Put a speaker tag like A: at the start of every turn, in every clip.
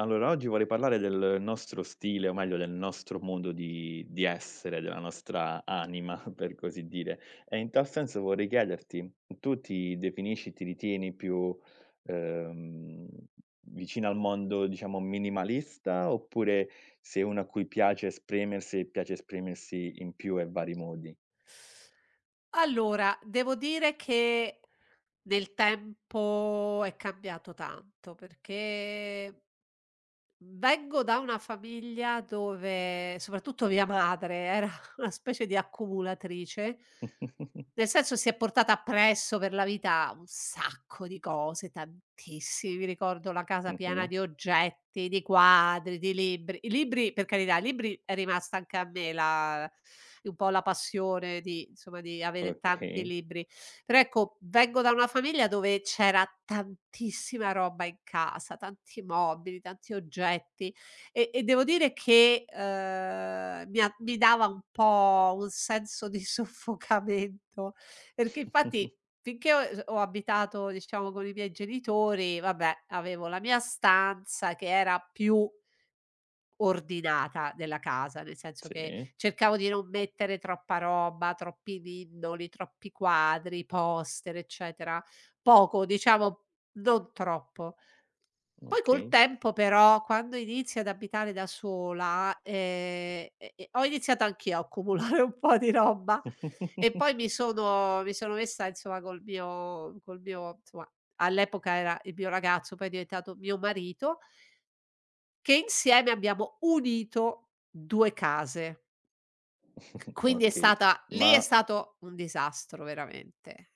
A: Allora, oggi vorrei parlare del nostro stile, o meglio del nostro modo di essere, della nostra anima, per così dire. E in tal senso vorrei chiederti: tu ti definisci, ti ritieni più, ehm, vicina al mondo, diciamo, minimalista, oppure sei uno a cui piace esprimersi e piace esprimersi in più e vari modi?
B: Allora, devo dire che nel tempo è cambiato tanto, perché vengo da una famiglia dove soprattutto mia madre era una specie di accumulatrice, nel senso si è portata appresso per la vita un sacco di cose, tantissimi. Mi ricordo la casa piena
A: Mh-mh.
B: di oggetti, di quadri, di libri. I libri, per carità, i libri è rimasta anche a me la un po' la passione di, insomma, di avere tanti
A: Okay.
B: libri. Però ecco, vengo da una famiglia dove c'era tantissima roba in casa, tanti mobili, tanti oggetti. E devo dire che, mi dava un po' un senso di soffocamento, perché infatti finché ho abitato, diciamo, con i miei genitori, vabbè, avevo la mia stanza che era più ordinata della casa, nel senso che
A: Sì,
B: cercavo di non mettere troppa roba, troppi ninnoli, troppi quadri, poster, eccetera. Poco, diciamo, non troppo. Poi col
A: okay.
B: tempo però, quando inizi ad abitare da sola, e ho iniziato anch'io a accumulare un po' di roba, e poi mi sono mi sono messa insomma col mio insomma, all'epoca era il mio ragazzo, poi è diventato mio marito, che insieme abbiamo unito 2 case. Quindi è
A: Okay.
B: stata lì è
A: Ma
B: stato un disastro veramente.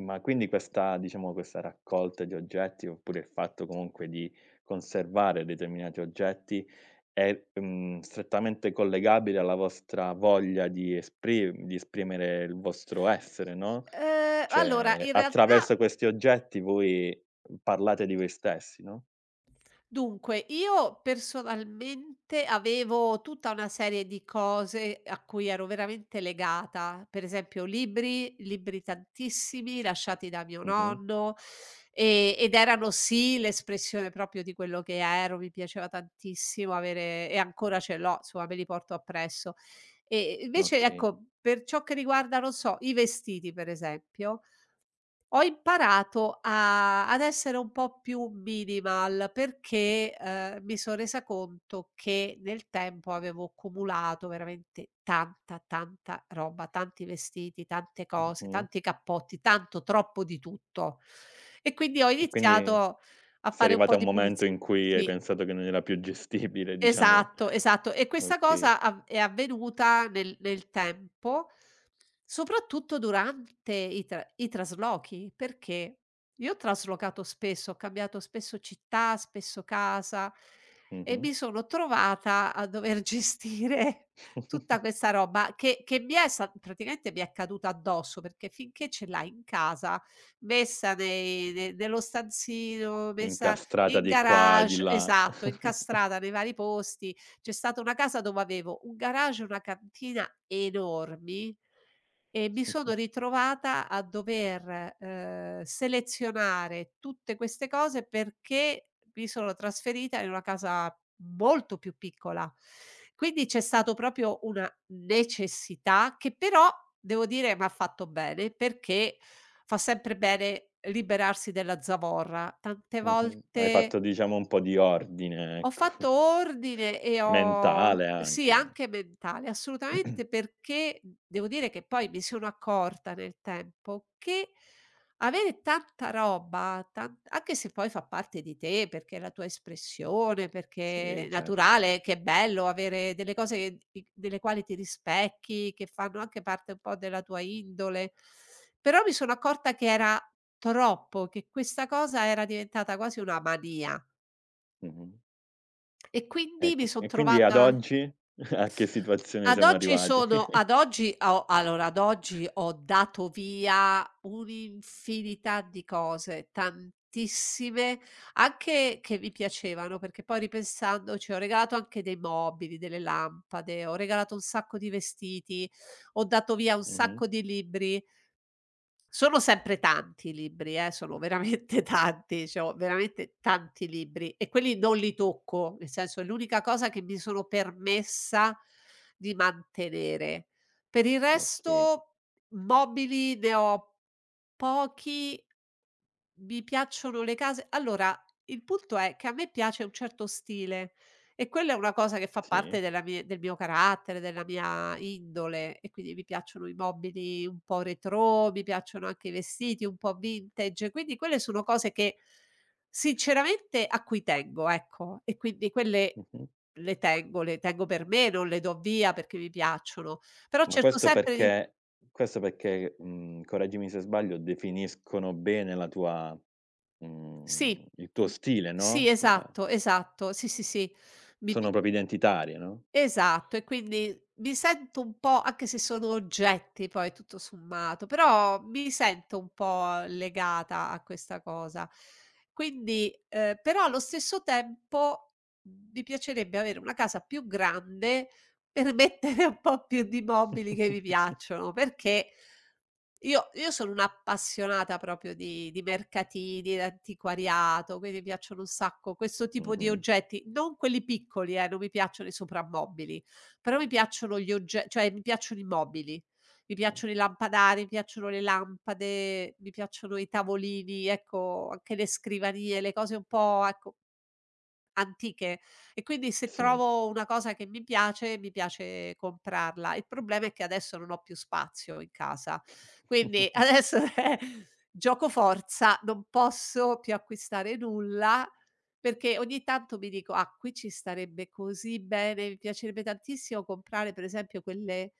A: Ma quindi questa diciamo, questa raccolta di oggetti, oppure il fatto comunque di conservare determinati oggetti è, strettamente collegabile alla vostra voglia di esprimere il vostro essere, no,
B: Allora
A: cioè
B: in
A: attraverso
B: realtà
A: questi oggetti voi parlate di voi stessi, no?
B: Dunque, io personalmente avevo tutta una serie di cose a cui ero veramente legata, per esempio libri, libri tantissimi lasciati da mio
A: Mh-mh.
B: nonno, ed erano sì l'espressione proprio di quello che ero, mi piaceva tantissimo avere e ancora ce l'ho, insomma me li porto appresso. E invece
A: Okay.
B: ecco, per ciò che riguarda, non so, i vestiti per esempio, ho imparato a ad essere un po' più minimal perché, mi son resa conto che nel tempo avevo cumulato veramente tanta, tanta roba, tanti vestiti, tante cose,
A: Mh-mh.
B: tanti cappotti, tanto, troppo di tutto. E quindi ho
A: E quindi
B: iniziato a
A: sei
B: fare un
A: arrivata
B: po'
A: a un
B: di puliz
A: momento in cui hai
B: Sì,
A: pensato che non era più gestibile, diciamo.
B: esatto, esatto. E questa
A: Okay.
B: cosa av è avvenuta nel tempo, soprattutto durante i traslochi, perché io ho traslocato spesso, ho cambiato spesso città, spesso casa, e
A: Mh-mh.
B: mi sono trovata a dover gestire tutta questa roba che mi è sta praticamente mi è caduta addosso, perché finché ce l'hai in casa, messa nei ne nello stanzino, messa
A: Incastrata
B: in
A: di qua, di
B: garage,
A: là.
B: esatto, incastrata nei vari posti. C'è stata una casa dove avevo un garage e una cantina enormi, e mi sono ritrovata a dover, selezionare tutte queste cose perché mi sono trasferita in una casa molto più piccola. Quindi c'è stato proprio una necessità che, però, devo dire m'ha fatto bene, perché fa sempre bene liberarsi della zavorra. Tante
A: Mh-mh. Hai fatto
B: volte
A: diciamo un po' di ordine,
B: ho
A: ecco.
B: fatto ordine e ho
A: Mentale
B: Sì,
A: anche, no.
B: anche mentale, assolutamente, perché devo dire che poi mi sono accorta nel tempo che avere tanta roba, tan anche se poi fa parte di te, perché è la tua espressione, perché
A: Sì,
B: è
A: certo.
B: naturale, che è bello avere delle cose che di delle quali ti rispecchi, che fanno anche parte un po' della tua indole, però mi sono accorta che era troppo, che questa cosa era diventata quasi una mania.
A: Mh-mh.
B: E
A: E
B: quindi mi
A: qui
B: son
A: e quindi ad
B: trovata
A: oggi a che situazione
B: ad
A: siamo
B: oggi
A: arrivati?
B: sono ad oggi ho allora Ad oggi ho dato via un'infinità di cose, tantissime, anche che mi piacevano, perché poi ripensandoci ho regalato anche dei mobili, delle lampade, ho regalato un sacco di vestiti, ho dato via un
A: Mh-mh.
B: sacco di libri. Sono sempre tanti i libri, sono veramente
A: Mh-mh.
B: tanti, cioè ho veramente tanti libri e quelli non li tocco, nel senso è l'unica cosa che mi sono permessa di mantenere. Per il
A: Okay,
B: resto mobili ne ho pochi. Mi piacciono le case, allora, il punto è che a me piace un certo stile, e quella è una cosa che fa
A: sì.
B: parte del mio carattere, della mia indole, e quindi mi piacciono i mobili un po' retrò, mi piacciono anche i vestiti un po' vintage, quindi quelle sono cose che sinceramente a cui tengo, ecco, e quindi quelle
A: Mh-mh.
B: le tengo per me, non le do via perché mi piacciono, però
A: Ma
B: cerco
A: questo
B: sempre di
A: perché questo perché, mhmm, correggimi se sbaglio, definiscono bene la tua
B: sì,
A: il tuo stile,
B: sì,
A: no, la
B: esatto, esatto, sì, sì, sì. Mi
A: sono
B: pi
A: proprio identitarie, no?
B: Esatto, e quindi mi sento un po', anche se sono oggetti poi tutto sommato, però mi sento un po' legata a questa cosa. Quindi, però allo stesso tempo mi piacerebbe avere una casa più grande per mettere un po' più di mobili che mi piacciono, perché io sono un'appassionata proprio di mercatini, d'antiquariato, quindi mi piacciono un sacco questo tipo di
A: Mh-mh.
B: oggetti, non quelli piccoli, non mi piacciono i soprammobili, però mi piacciono gli ogge cioè mi piacciono i mobili, mi piacciono i lampadari, mi piacciono le lampade, mi piacciono i tavolini, ecco, anche le scrivanie, le cose un po', ecco, antiche. E quindi se
A: Sì.
B: trovo una cosa che mi piace comprarla. Il problema è che adesso non ho più spazio in casa. Quindi adesso è gioco forza, non posso più acquistare nulla, perché ogni tanto mi dico: "Ah, qui ci starebbe così bene, mi piacerebbe tantissimo comprare per esempio quelle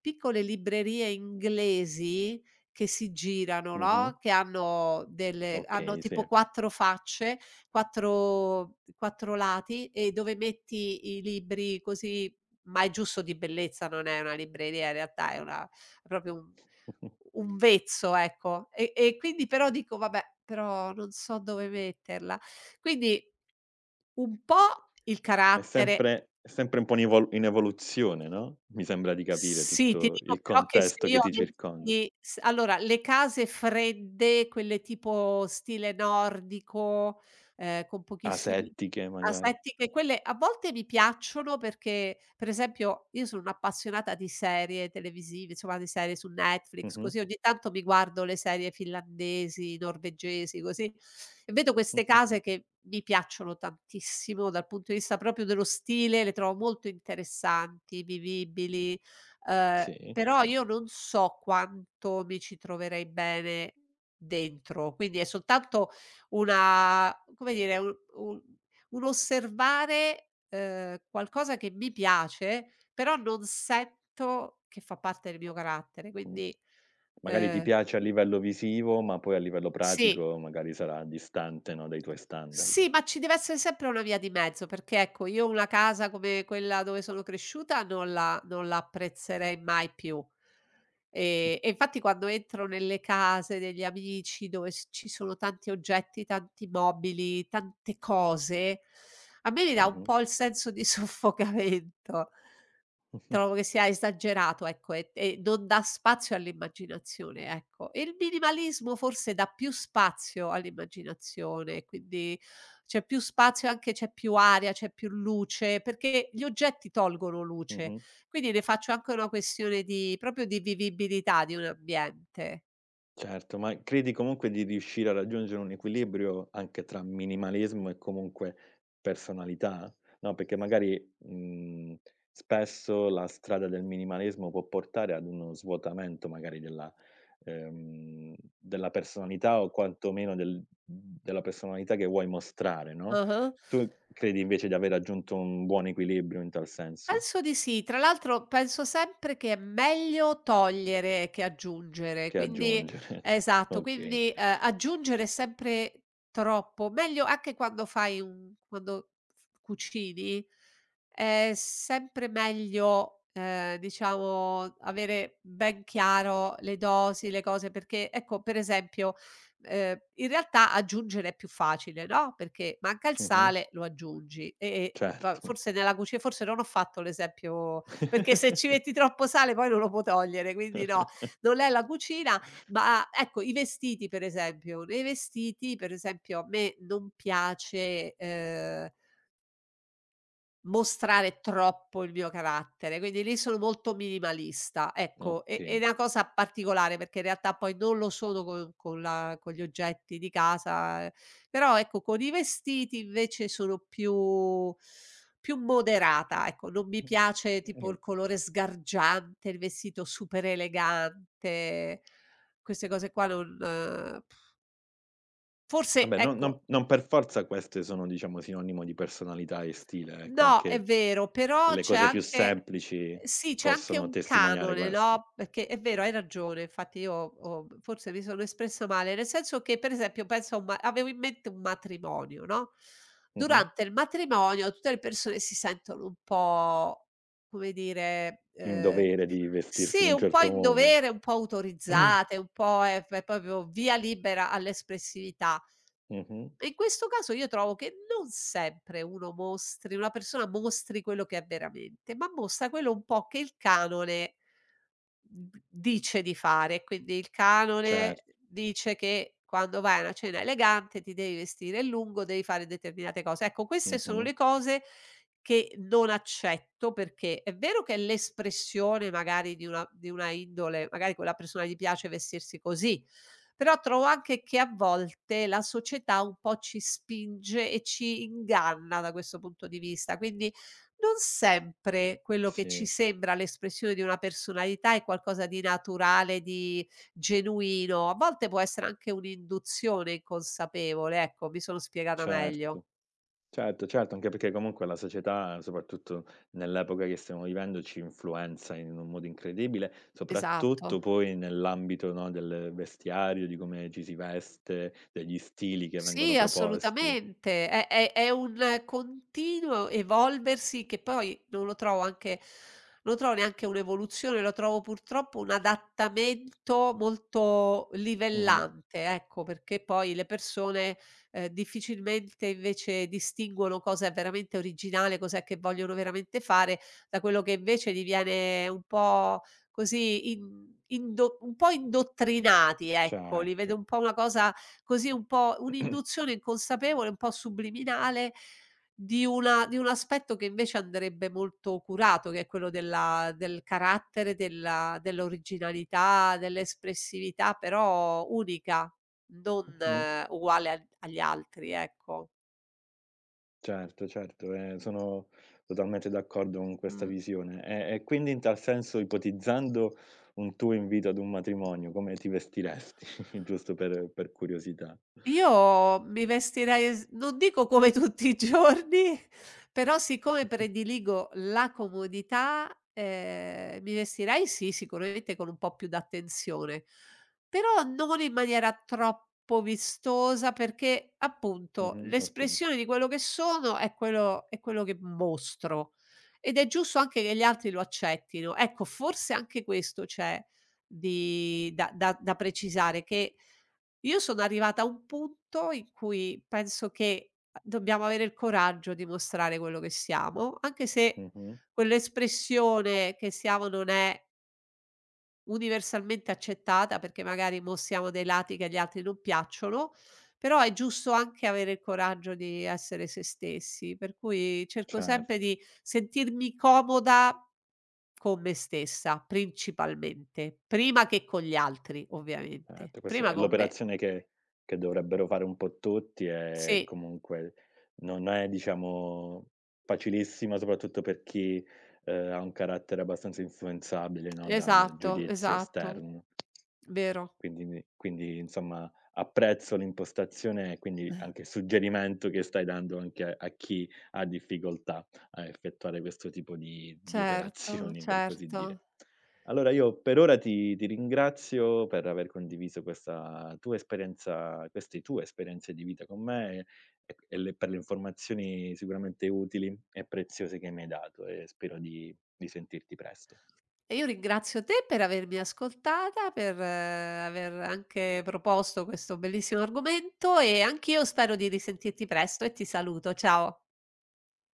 B: piccole librerie inglesi che si girano,
A: Mh-mh.
B: no, che hanno
A: Okay,
B: tipo
A: sì.
B: 4 facce, 4 lati, e dove metti i libri così, ma è giusto di bellezza, non è una libreria in realtà, è una, proprio un vezzo, ecco". E quindi però dico: "Vabbè, però non so dove metterla". Quindi un po' il
A: È
B: carattere.
A: sempre è sempre un po' in evoluzione, no, mi sembra di capire
B: Sì, ti
A: tutto
B: dico
A: il
B: però che, se
A: contesto che
B: io
A: ti circonda.
B: avessi s allora, le case fredde, quelle tipo stile nordico, con pochissimi
A: Asettiche magari.
B: aspetti, che quelle a volte mi piacciono perché, per esempio, io sono un'appassionata di serie televisive, insomma di serie su Netflix,
A: Mh-mh.
B: così ogni tanto mi guardo le serie finlandesi, norvegesi, così, e vedo queste
A: Mh-mh.
B: case che mi piacciono tantissimo dal punto di vista proprio dello stile, le trovo molto interessanti, vivibili. Ehm,
A: Sì.
B: Però io non so quanto mi ci troverei bene dentro, quindi è soltanto una, come dire, un osservare, qualcosa che mi piace, però non sento che fa parte del mio carattere,
A: Mh.
B: quindi,
A: Magari ti
B: ehm
A: piace a livello visivo, ma poi a livello
B: sì.
A: pratico magari sarà distante, no, dai tuoi standard.
B: Sì, ma ci deve essere sempre una via di mezzo, perché ecco, io una casa come quella dove sono cresciuta non la apprezzerei mai più. E infatti quando entro nelle case degli amici dove s ci sono tanti oggetti, tanti mobili, tante cose, a me mi dà un
A: Mh-mh.
B: po' il senso di soffocamento.
A: Mh-mh.
B: Trovo che sia esagerato, ecco, e non dà spazio all'immaginazione, ecco. E il minimalismo forse dà più spazio all'immaginazione, quindi c'è più spazio, anche c'è più aria, c'è più luce, perché gli oggetti tolgono luce,
A: Mh-mh.
B: quindi ne faccio anche una questione di proprio di vivibilità di un ambiente.
A: Certo, ma credi comunque di riuscire a raggiungere un equilibrio anche tra minimalismo e comunque personalità? No, perché magari, spesso la strada del minimalismo può portare ad uno svuotamento magari della della personalità o quantomeno della personalità che vuoi mostrare, no,
B: Ah-ah.
A: tu credi invece di aver raggiunto un buon equilibrio in tal senso?
B: Penso di sì. Tra l'altro penso sempre che è meglio togliere che aggiungere,
A: Che
B: quindi
A: aggiungere.
B: esatto,
A: Okay.
B: quindi, aggiungere è sempre troppo. Meglio anche quando fai un quando f cucini, è sempre meglio, diciamo, avere ben chiaro le dosi, le cose, perché ecco, per esempio, in realtà aggiungere è più facile, no, perché manca il
A: Mh-mh.
B: sale, lo aggiungi e va
A: Certo.
B: forse nella cuci forse non ho fatto l'esempio, perché se ci metti troppo sale poi non lo può togliere, quindi no, non è la cucina, ma ecco i vestiti per esempio, nei vestiti per esempio a me non piace, mostrare troppo il mio carattere, quindi lì sono molto minimalista, ecco, e ed
A: Okay.
B: è una cosa particolare perché in realtà poi non lo sono con la con gli oggetti di casa, però ecco con i vestiti invece sono più moderata, ecco, non mi
A: Mh,
B: piace tipo
A: ehm,
B: il colore sgargiante, il vestito super elegante, queste cose qua non, forse,
A: vabbè non non
B: ecco.
A: non per forza queste sono diciamo sinonimo di personalità e stile, ecco,
B: No, è
A: anche
B: vero, però
A: le
B: c'è
A: cose più
B: anche
A: semplici
B: sì, c'è anche
A: possono
B: un
A: testimoniare
B: canone,
A: questo.
B: no, perché è vero, hai ragione, infatti io ho forse mi sono espressa male, nel senso che per esempio penso a un, ma avevo in mente un matrimonio, no,
A: Mh-mh.
B: durante il matrimonio tutte le persone si sentono un po', come dire,
A: Il dovere di vestirsi in
B: sì,
A: un
B: un po'
A: certo
B: in
A: modo.
B: dovere, un po' autorizzate, un po' è proprio via libera all'espressività.
A: Mh-mh.
B: E in questo caso io trovo che non sempre uno mostri una persona mostri quello che è veramente, ma mostra quello un po' che il canone d dice di fare. Quindi il canone
A: Certo.
B: dice che quando vai a una cena elegante ti devi vestire a lungo, devi fare determinate cose. Ecco, queste sono
A: Mh-mh.
B: le cose che non accetto perché è vero che è l'espressione magari di una indole, magari quella persona gli piace vestirsi così, però trovo anche che a volte la società un po' ci spinge e ci inganna da questo punto di vista, quindi non sempre quello che ci
A: Sì,
B: sembra l'espressione di una personalità è qualcosa di naturale, di genuino, a volte può essere anche un'induzione inconsapevole, ecco, mi sono spiegata meglio.
A: certo. Certo, certo, anche perché comunque la società, soprattutto nell'epoca che stiamo vivendo, ci influenza in un modo incredibile, soprattutto
B: Esatto.
A: poi nell'ambito, no, del vestiario, di come ci si veste, degli stili che vengono
B: Sì,
A: proposti.
B: assolutamente. È un continuo evolversi che poi non lo trovo neanche un'evoluzione, lo trovo purtroppo un adattamento molto
A: Mh-mh.
B: livellante, ecco, perché poi le persone, difficilmente invece distinguono cosa è veramente originale, cos'è che vogliono veramente fare, da quello che invece diviene un po' così in indo un po' indottrinati, ecco. Li vedo
A: Certo.
B: un po' una cosa, così un po' un'induzione inconsapevole, un po' subliminale di un aspetto che invece andrebbe molto curato, che è quello del carattere, della dell'originalità, dell'espressività però unica, non,
A: Mh.
B: uguale a agli altri, ecco.
A: Certo, certo, sono totalmente d'accordo con questa
B: Mh.
A: visione. E quindi in tal senso, ipotizzando un tuo invito ad un matrimonio, come ti vestiresti? Giusto per curiosità.
B: Io mi vestirei s non dico come tutti i giorni, però siccome prediligo la comodità, mi vestirei, sì, sicuramente con un po' più d'attenzione, però non in maniera troppo vistosa perché, appunto,
A: Mh-mh, okay.
B: l'espressione di quello che sono è quello che mostro, ed è giusto anche che gli altri lo accettino. Ecco, forse anche questo c'è di da da da precisare che io sono arrivata a un punto in cui penso che a dobbiamo avere il coraggio di mostrare quello che siamo, anche se
A: Mh-mh.
B: quell'espressione che siamo non è universalmente accettata, perché magari mostriamo dei lati che agli altri non piacciono, però è giusto anche avere il coraggio di essere se stessi, per cui cerco sempre
A: Certo,
B: di sentirmi comoda con me stessa, principalmente, prima che con gli altri ovviamente.
A: certo. Questa
B: Prima
A: è
B: con me
A: l'operazione che che dovrebbero fare un po' tutti e
B: sì.
A: comunque non è, diciamo, facilissima soprattutto per chi, ha un carattere abbastanza influenzabile, no, dal
B: Esatto,
A: giudizio
B: esatto,
A: esterno.
B: vero.
A: Quindi insomma apprezzo l'impostazione e quindi anche il suggerimento che stai dando anche a chi ha difficoltà a effettuare questo tipo di
B: Certo,
A: operazioni, per così
B: certo.
A: dire. Allora io per ora ti ringrazio per aver condiviso questa tua esperienza queste tue esperienze di vita con me e le per le informazioni sicuramente utili e preziose che mi hai dato e spero di sentirti presto.
B: E io ringrazio te per avermi ascoltata, per aver anche proposto questo bellissimo argomento e anch'io spero di risentirti presto e ti saluto. Ciao.